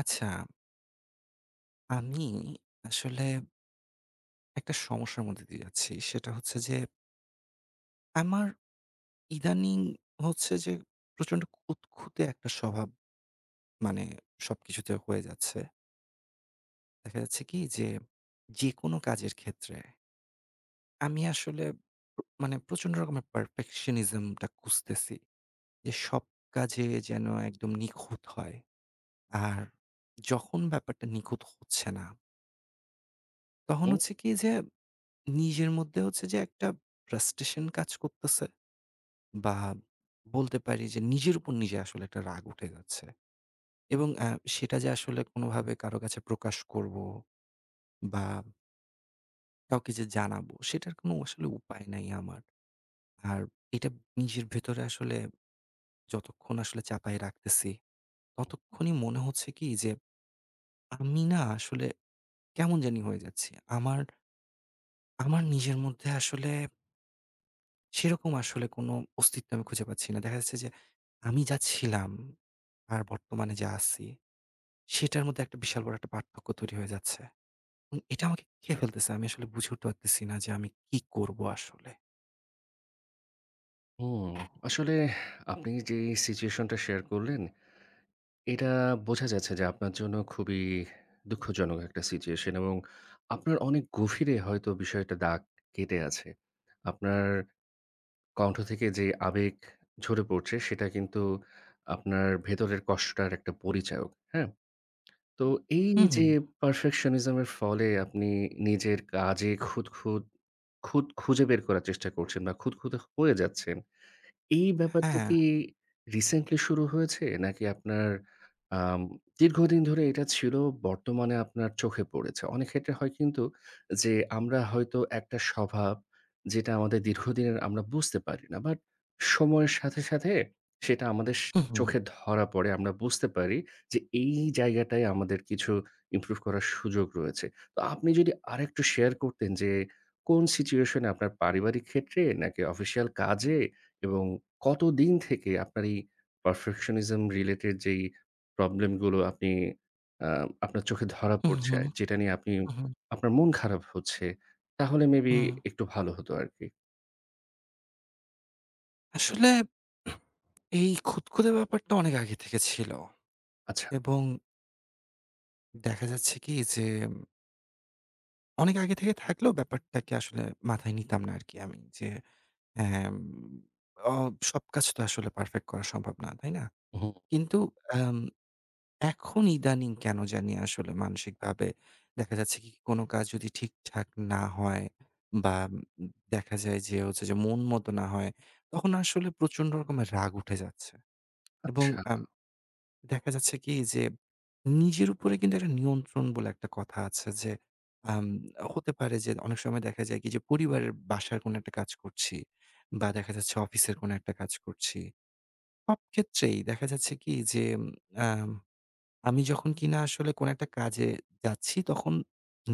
আচ্ছা, আমি আসলে একটা সমস্যার মধ্যে দিয়ে যাচ্ছি। সেটা হচ্ছে যে আমার ইদানিং হচ্ছে যে প্রচন্ড খুঁতখুঁতে একটা স্বভাব মানে সবকিছুতে হয়ে যাচ্ছে। দেখা যাচ্ছে কি যে, যেকোনো কাজের ক্ষেত্রে আমি আসলে মানে প্রচন্ড রকমের perfectionism টা খুঁজতেছি। যে সব কাজে যেন একদম নিখুঁত হয়। আর যখন ব্যাপারটা নিখুঁত হচ্ছে না, তখন হুম, হচ্ছে কি যে নিজের মধ্যে হচ্ছে যে একটা ফ্রাস্ট্রেশন কাজ করতেছে বা বলতে পারি যে নিজের উপর নিজে আসলে একটা রাগ উঠে যাচ্ছে এবং সেটা যে আসলে কোনোভাবে কারো কাছে প্রকাশ করব বা কাউকে যে জানাবো সেটার কোনো আসলে উপায় নাই আমার। আর এটা নিজের ভেতরে আসলে যতক্ষণ আসলে চাপায় রাখতেছি, ততক্ষণই মনে হচ্ছে কি যে আমি না আসলে কেমন জানি হয়ে যাচ্ছি। আমার, আমার নিজের মধ্যে আসলে সেরকম আসলে কোনো অস্তিত্ব আমি খুঁজে পাচ্ছি না। দেখা যাচ্ছে যে আমি যা ছিলাম আর বর্তমানে যা আছি, সেটার মধ্যে একটা বিশাল বড় একটা পার্থক্য তৈরি হয়ে যাচ্ছে। এটা আমাকে খেয়ে ফেলতেছে। আমি আসলে বুঝে উঠতে পারতেছি না যে আমি কি করব আসলে? হুম। আসলে আপনি যেই সিচুয়েশনটা শেয়ার করলেন, এটা বোঝা যাচ্ছে যে আপনার জন্য খুবই দুঃখজনক একটা সিচুয়েশন এবং আপনার অনেক গভীরে হয়তো বিষয়টা দাগ কেটে আছে। আপনার কণ্ঠ থেকে যে আবেগ ঝরে পড়ছে সেটা কিন্তু আপনার ভেতরের কষ্টটার একটা পরিচায়ক। হ্যাঁ? তো এই হুম, যে হুম। perfectionism এর ফলে আপনি নিজের কাজে খুঁত, খুঁত খুঁত খুঁজে বের করার চেষ্টা করছেন বা খুঁতখুঁতে হয়ে যাচ্ছেন। এই ব্যাপারটা হ্যাঁ। কি রিসেন্টলি শুরু হয়েছে? নাকি আপনার আম দীর্ঘদিন ধরে এটা ছিল, বর্তমানে আপনার চোখে পড়েছে? অনেক ক্ষেত্রে হয় কিন্তু যে, আমরা হয়তো একটা স্বভাব যেটা আমাদের দীর্ঘদিনের আমরা বুঝতে পারি না। বাট সময়ের সাথে, সাথে সেটা আমাদের হুম, হুম। চোখে ধরা পড়ে। আমরা বুঝতে পারি যে, এই জায়গাটায় আমাদের কিছু ইমপ্রুভ করার সুযোগ রয়েছে। তো আপনি যদি আরেকটু শেয়ার করতেন যে, কোন সিচুয়েশন এ আপনার পারিবারিক ক্ষেত্রে নাকি অফিসিয়াল কাজে এবং কতদিন থেকে আপনার এই পারফেকশনিজম রিলেটেড যেই প্রবলেম গুলো আপনি আ আপনার চোখে ধরা হুম, পড়ছে, হুম। যেটা নিয়ে আপনি হুম, হুম। আপনার মন খারাপ হচ্ছে, তাহলে মেবি হুম। একটু ভালো হতো আরকি। আসলে এই খুঁতখুঁতে ব্যাপারটা অনেক আগে থেকে ছিল আচ্ছা। এবং দেখা যাচ্ছে কি যে অনেক আগে থেকে থাকলেও ব্যাপারটাকে আসলে মাথায় নিতাম না আরকি আমি যে হ্যাঁ, উম অ সব কাজ তো আসলে পারফেক্ট করা সম্ভব না, তাই না? উহু, কিন্তু আম এখন ইদানিং কেন জানি আসলে মানসিকভাবে দেখা যাচ্ছে কি কোনো কাজ যদি ঠিকঠাক না হয় বা উম দেখা যায় যে হচ্ছে যে মন মতো না হয়, তখন আসলে প্রচন্ড রকমের রাগ উঠে যাচ্ছে এবং আচ্ছা, আম দেখা যাচ্ছে কি যে নিজের উপরে কিন্তু একটা নিয়ন্ত্রণ বলে একটা কথা আছে যে আম হতে পারে যে অনেক সময় দেখা যায় কি যে পরিবারের বাসার কোনো একটা কাজ করছি বা দেখা যাচ্ছে অফিসের কোনো একটা কাজ করছি। সব ক্ষেত্রেই দেখা যাচ্ছে কি যে উম, আম আমি যখন কিনা আসলে কোনো একটা কাজে যাচ্ছি তখন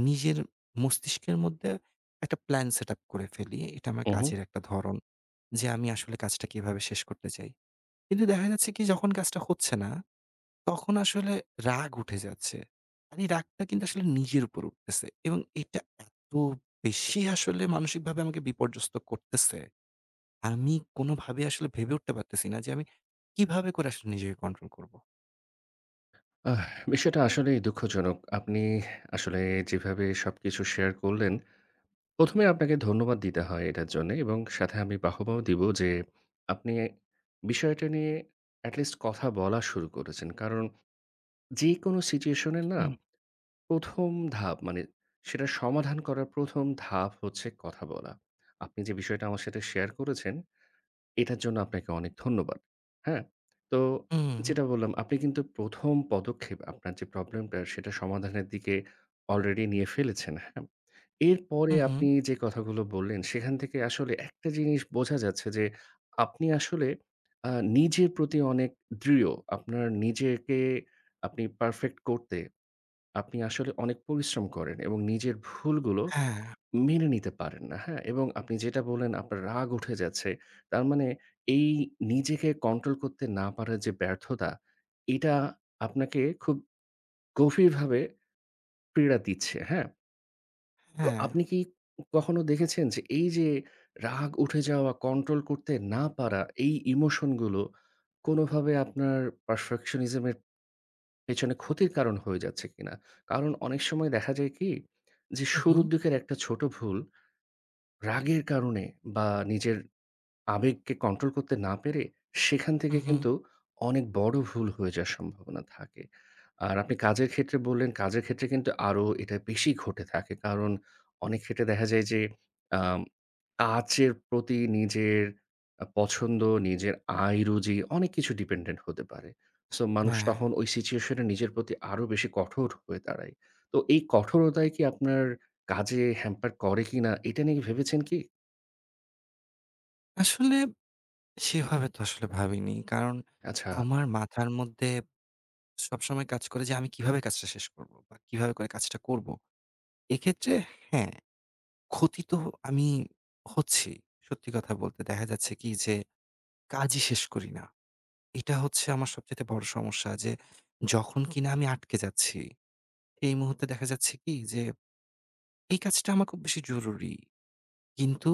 নিজের মস্তিষ্কের মধ্যে একটা প্ল্যান সেটআপ করে ফেলি। এটা আমার উহু। কাজের একটা ধরন যে আমি আসলে কাজটা কিভাবে শেষ করতে চাই। কিন্তু দেখা যাচ্ছে কি যখন কাজটা হচ্ছে না তখন আসলে রাগ উঠে যাচ্ছে। আর এই রাগটা কিন্তু আসলে নিজের উপর উঠতেছে এবং এটা এত বেশি আসলে মানসিকভাবে আমাকে বিপর্যস্ত করতেছে। আমি কোনোভাবে আসলে ভেবে উঠতে পারতেছি না যে আমি কিভাবে করে আসলে নিজেকে কন্ট্রোল করব? আহ বিষয়টা আসলেই দুঃখজনক। আপনি আসলে যেভাবে সবকিছু শেয়ার করলেন, ১ম এ আপনাকে ধন্যবাদ দিতে হয় এটার জন্যে এবং সাথে আমি বাহবাও দিব যে আপনি বিষয়টা নিয়ে এটলিস্ট কথা বলা শুরু করেছেন। কারণ যেকোনো সিচুয়েশনের না হুম। ১ম ধাপ মানে সেটা সমাধান করার ১ম ধাপ হচ্ছে কথা বলা। আপনি যে বিষয়টা আমার সাথে শেয়ার করেছেন এটার জন্য আপনাকে অনেক ধন্যবাদ। হ্যাঁ? তো হুম, যেটা বললাম আপনি কিন্তু ১ম পদক্ষেপ আপনার যে প্রবলেমটা সেটা সমাধানের দিকে অলরেডি নিয়ে ফেলেছেন। হ্যাঁ? এরপরে হু, হু। আপনি যে কথাগুলো বললেন সেখান থেকে আসলে একটা জিনিস বোঝা যাচ্ছে যে আপনি আসলে আ নিজের প্রতি অনেক দৃঢ়। আপনার নিজেকে আপনি পারফেক্ট করতে আপনি আসলে অনেক পরিশ্রম করেন এবং নিজের ভুলগুলো হ্যাঁ, মেনে নিতে পারেন না, হ্যাঁ? এবং আপনি যেটা বললেন আপনার রাগ উঠে যাচ্ছে। তার মানে এই নিজেকে কন্ট্রোল করতে না পারার যে ব্যর্থতা, এটা আপনাকে খুব গভীরভাবে পীড়া দিচ্ছে, হ্যাঁ? তো হ্যাঁ, আপনি কি কখনো দেখেছেন যে এই যে রাগ উঠে যাওয়া, কন্ট্রোল করতে না পারা এই ইমোশনগুলো কোনোভাবে আপনার পারফেকশনিজম এর পেছনে ক্ষতির কারণ হয়ে যাচ্ছে কিনা? কারণ অনেক সময় দেখা যায় কি যে হু, হু, শুরুর দিকের একটা ছোট ভুল রাগের কারণে বা নিজের আবেগকে কন্ট্রোল করতে না পেরে সেখান হু, থেকে হু, কিন্তু অনেক বড় ভুল হয়ে যাওয়ার সম্ভাবনা থাকে। আর আপনি কাজের ক্ষেত্রে বললেন, কাজের ক্ষেত্রে কিন্তু আরো এটা বেশি ঘটে থাকে। কারণ অনেক ক্ষেত্রে দেখা যায় যে আম কাজের প্রতি নিজের পছন্দ, নিজের আয় রুজি অনেক কিছু ডিপেন্ডেন্ট হতে পারে। সো মানুষ হ্যাঁ। তখন ওই সিচুয়েশন এ নিজের প্রতি আরো বেশি কঠোর হয়ে দাঁড়ায়। তো এই কঠোরতাই কি আপনার কাজে হ্যাম্পার করে কিনা এটা নিয়ে ভেবেছেন কি? আসলে সেভাবে তো আসলে ভাবিনি। কারণ আচ্ছা, আমার মাথার মধ্যে সবসময় কাজ করে যে আমি কিভাবে কাজটা শেষ করব বা কিভাবে করে কাজটা করব। এক্ষেত্রে হ্যাঁ ক্ষতি তো আমি হচ্ছি। সত্যি কথা বলতে দেখা যাচ্ছে কি যে কাজই শেষ করি না। এটা হচ্ছে আমার সবচাইতে বড় সমস্যা যে যখন কিনা আমি আটকে যাচ্ছি, এই মুহূর্তে দেখা যাচ্ছে কি যে এই কাজটা আমার খুব বেশি জরুরি। কিন্তু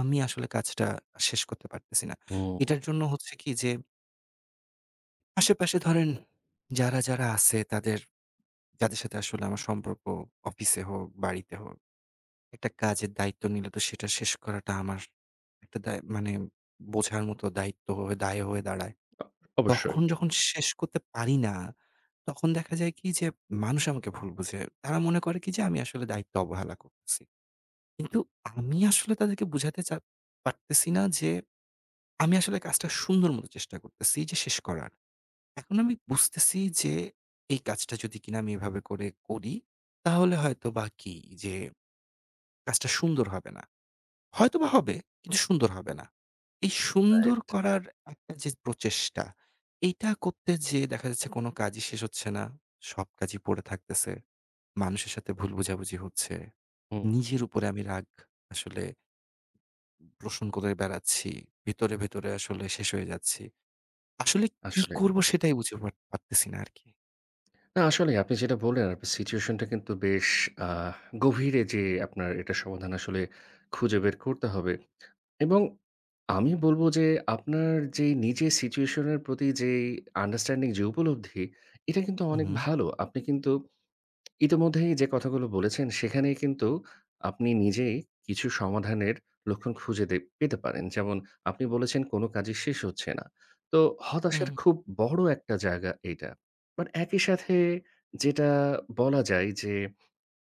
আমি আসলে কাজটা শেষ করতে পারতেছি না। হুম। এটার জন্য হচ্ছে কি যে আশেপাশে ধরেন যারা আছে তাদের যাদের সাথে আসলে আমার সম্পর্ক অফিসে হোক, বাড়িতে হোক একটা কাজের দায়িত্ব নিলে তো সেটা শেষ করাটা আমার একটা দায় মানে বোঝার মতো দায়িত্ব হয়ে দায় হয়ে দাঁড়ায়। অ অবশ্যই। তখন যখন শেষ করতে পারি না, তখন দেখা যায় কি যে মানুষ আমাকে ভুল বুঝে। তারা মনে করে কি যে আমি আসলে দায়িত্ব অবহেলা করতেছি। কিন্তু আমি আসলে তাদেরকে বুঝাতে চা পারতেছি না যে আমি আসলে কাজটা সুন্দর মতো চেষ্টা করতেছি যে শেষ করার। এখন আমি বুঝতেছি যে এই কাজটা যদি কিনা আমি এভাবে করে করি, তাহলে হয়তো বা কি যে কাজটা সুন্দর হবে না। হয়তোবা হবে, কিন্তু সুন্দর হবে না। এই সুন্দর করার একটা যে প্রচেষ্টা, এইটা করতে যেয়ে দেখা যাচ্ছে কোনো কাজই শেষ হচ্ছে না। সব কাজই পড়ে থাকতেছে। মানুষের সাথে ভুল বোঝাবুঝি হচ্ছে। হুম, নিজের উপরে আমি রাগ আসলে পোষণ করে বেড়াচ্ছি। ভেতরে, ভেতরে আসলে শেষ হয়ে যাচ্ছি। আসলে কি আসলে। করব সেটাই বুঝে পারতেছি না আরকি। না আসলেই আপনি যেটা বললেন আপনার সিচুয়েশনটা কিন্তু বেশ আ গভীরে যেয়ে আপনার এটা সমাধান আসলে খুঁজে বের করতে হবে এবং আমি বলব যে আপনার যেই নিজের সিচুয়েশন এর প্রতি যেই আন্ডারস্ট্যান্ডিং যে উপলব্ধি, এটা কিন্তু অনেক উহু, ভালো। আপনি কিন্তু ইতোমধ্যেই যে কথাগুলো বলেছেন সেখানেই কিন্তু আপনি নিজেই কিছু সমাধানের লক্ষণ খুঁজে পেতে পারেন। যেমন আপনি বলেছেন কোনো কাজই শেষ হচ্ছে না। তো হতাশার হুম, খুব বড় একটা জায়গা এইটা। বাট একই সাথে যেটা বলা যায় যে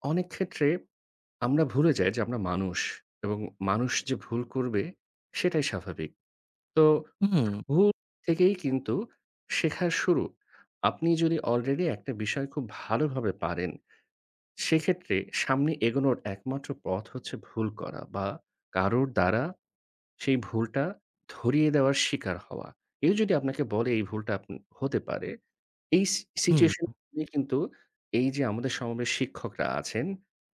অনেক ক্ষেত্রে আমরা ভুলে যাই যে আমরা মানুষ এবং মানুষ যে ভুল করবে সেটাই স্বাভাবিক। তো হুম, ভুল থেকেই কিন্তু শেখার শুরু। আপনি যদি অলরেডি একটা বিষয় খুব ভালোভাবে পারেন সেক্ষেত্রে সামনে এগোনোর একমাত্র পথ হচ্ছে ভুল করা বা কারোর দ্বারা সেই ভুলটা ধরিয়ে দেওয়ার শিকার হওয়া। কেউ যদি আপনাকে বলে এই ভুলটা আপনি হতে পারে, এই হুম, সিচুয়েশন নিয়ে কিন্তু এই যে আমাদের সমাবেশ শিক্ষকরা আছেন,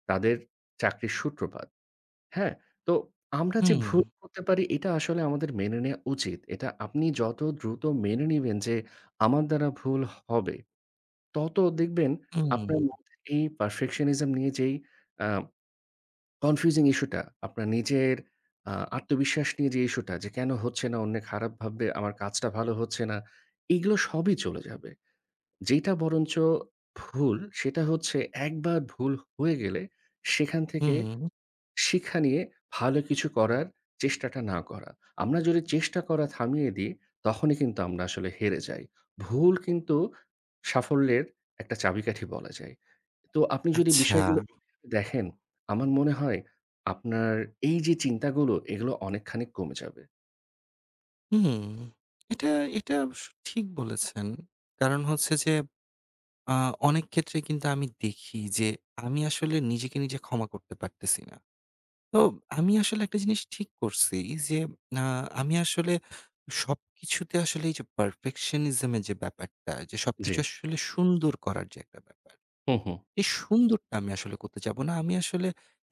তাদের চাকরির সূত্রপাত। হ্যাঁ? তো আমরা যে হুম, ভুল করতে পারি এটা আসলে আমাদের মেনে নেয়া উচিত। এটা আপনি যত দ্রুত মেনে নিবেন যে আমার দ্বারা ভুল হবে তত দেখবেন হুম, আপনার মধ্যে এই perfectionism নিয়ে যেই আ কনফিউজিং ইস্যুটা, আপনার নিজের আত্মবিশ্বাস নিয়ে যে ইস্যুটা যে কেন হচ্ছে না, অন্যে খারাপ ভাববে, আমার কাজটা ভালো হচ্ছে না, এগুলো সবই চলে যাবে। যেইটা বরঞ্চ ভুল সেটা হচ্ছে একবার ভুল হয়ে গেলে সেখান থেকে হুম, হুম শিক্ষা নিয়ে ভালো কিছু করার চেষ্টাটা না করা। আমরা যদি চেষ্টা করা থামিয়ে দিই তখনই কিন্তু আমরা আসলে হেরে যাই। ভুল কিন্তু সাফল্যের একটা চাবিকাঠি বলা যায়। তো আপনি যদি আচ্ছা। বিষয়গুলো দেখেন, আমার মনে হয় আপনার এই যে চিন্তাগুলো, এগুলো অনেকখানি কমে যাবে। হুম, এটা এটা অবশ্য ঠিক বলেছেন। কারণ হচ্ছে যে আ অনেক ক্ষেত্রে কিন্তু আমি দেখি যে আমি আসলে নিজেকে নিজে ক্ষমা করতে পারতেছি না। তো আমি আসলে একটা জিনিস ঠিক করছি যে আ আমি আসলে সবকিছুতে আসলে এই যে perfectionism এর যে ব্যাপারটা যে জি। সবকিছু আসলে সুন্দর করার যে একটা ব্যাপার হুম, হুম। এই সুন্দরটা আমি আসলে করতে যাব না। আমি আসলে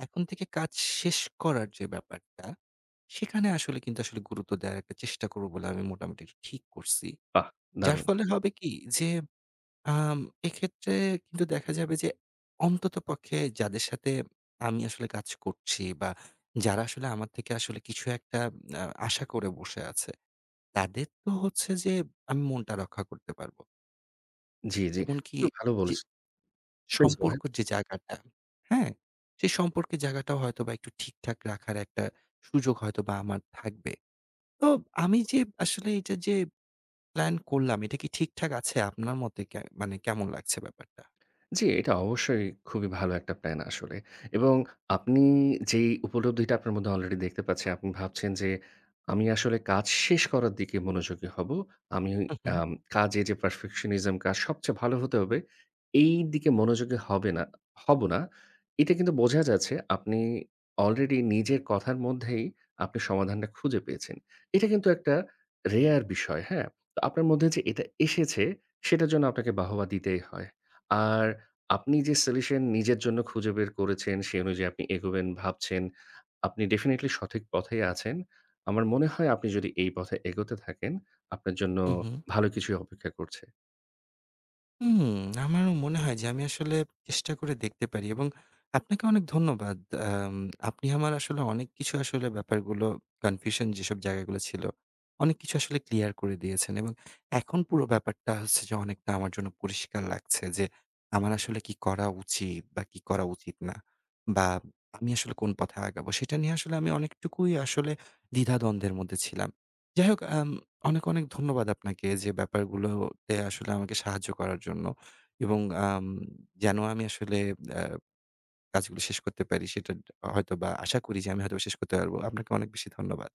এখন থেকে কাজ শেষ করার যে ব্যাপারটা, সেখানে আসলে কিন্তু আসলে গুরুত্ব দেওয়ার একটা চেষ্টা করব বলে আমি মোটামুটি একটু ঠিক করছি। বাহ! যার দারুণ। ফলে হবে কি যে, আম এক্ষেত্রে কিন্তু দেখা যাবে যে অন্ততপক্ষে যাদের সাথে আমি আসলে কাজ করছি বা যারা আসলে আমার থেকে আসলে কিছু একটা আশা করে বসে আছে, তাদের তো হচ্ছে যে আমি মনটা রক্ষা করতে পারব। জি, জি। এমনকি খুবই ভালো যে বলেছেন। Please go ahead. সম্পর্কর যে জায়গাটা, হ্যাঁ? সেই সম্পর্কের জায়গাটাও হয়তোবা একটু ঠিকঠাক রাখার একটা সুযোগ হয়তোবা আমার থাকবে। তো আমি যে আসলে এটা যে প্ল্যান করলাম, এটা কি ঠিকঠাক আছে আপনার মতে মানে কেমন লাগছে ব্যাপারটা? জি, এটা অবশ্যই খুবই ভালো একটা প্ল্যান আসলে। এবং আপনি যেই উপলব্ধিটা আপনার মধ্যে অলরেডি দেখতে পাচ্ছি, আপনি ভাবছেন যে, "আমি আসলে কাজ শেষ করার দিকে মনোযোগী হব। আমি হু, হু। আম কাজে যে perfectionism কাজ সবচেয়ে ভালো হতে হবে, এই দিকে মনোযোগী হবে না হব না।" এটা কিন্তু বোঝা যাচ্ছে আপনি অলরেডি নিজের কথার মধ্যেই আপনি সমাধানটা খুঁজে পেয়েছেন। এটা কিন্তু একটা রেয়ার বিষয়, হ্যাঁ? তো আপনার মধ্যে যে এটা এসেছে, সেটার জন্য আপনাকে বাহবা দিতেই হয়। আর আপনি যে সলিউশন নিজের জন্য খুঁজে বের করেছেন, সেই অনুযায়ী আপনি এগোবেন ভাবছেন। আপনি ডেফিনিটলি সঠিক পথেই আছেন। আমার মনে হয় আপনি যদি এই পথে এগোতে থাকেন, আপনার জন্য হু, হু। ভালো কিছুই অপেক্ষা করছে। হুম, আমারও মনে হয় যে আমি আসলে চেষ্টা করে দেখতে পারি এবং আপনাকে অনেক ধন্যবাদ। আম আপনি আমার আসলে অনেক কিছু আসলে ব্যাপারগুলো কনফিউশন যেসব জায়গাগুলো ছিল, অনেক কিছু আসলে ক্লিয়ার করে দিয়েছেন এবং এখন পুরো ব্যাপারটা হচ্ছে যে অনেকটা আমার জন্য পরিষ্কার লাগছে যে আমার আসলে কি করা উচিত বা কি করা উচিত না বা আমি আসলে কোন পথে আগাবো সেটা নিয়ে আসলে আমি অনেকটুকুই আসলে দ্বিধাদ্বন্দ্বের মধ্যে ছিলাম। যাই হোক অনেক, অনেক ধন্যবাদ আপনাকে যে ব্যাপারগুলোতে আসলে আমাকে সাহায্য করার জন্য এবং আম যেন আমি আসলে আ কাজগুলো শেষ করতে পারি সেটা হয়তোবা আশা করি যে আমি হয়তোবা শেষ করতে পারব। আপনাকে অনেক বেশি ধন্যবাদ।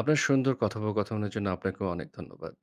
আপনার সুন্দর কথোপকথনের জন্য আপনাকেও অনেক ধন্যবাদ।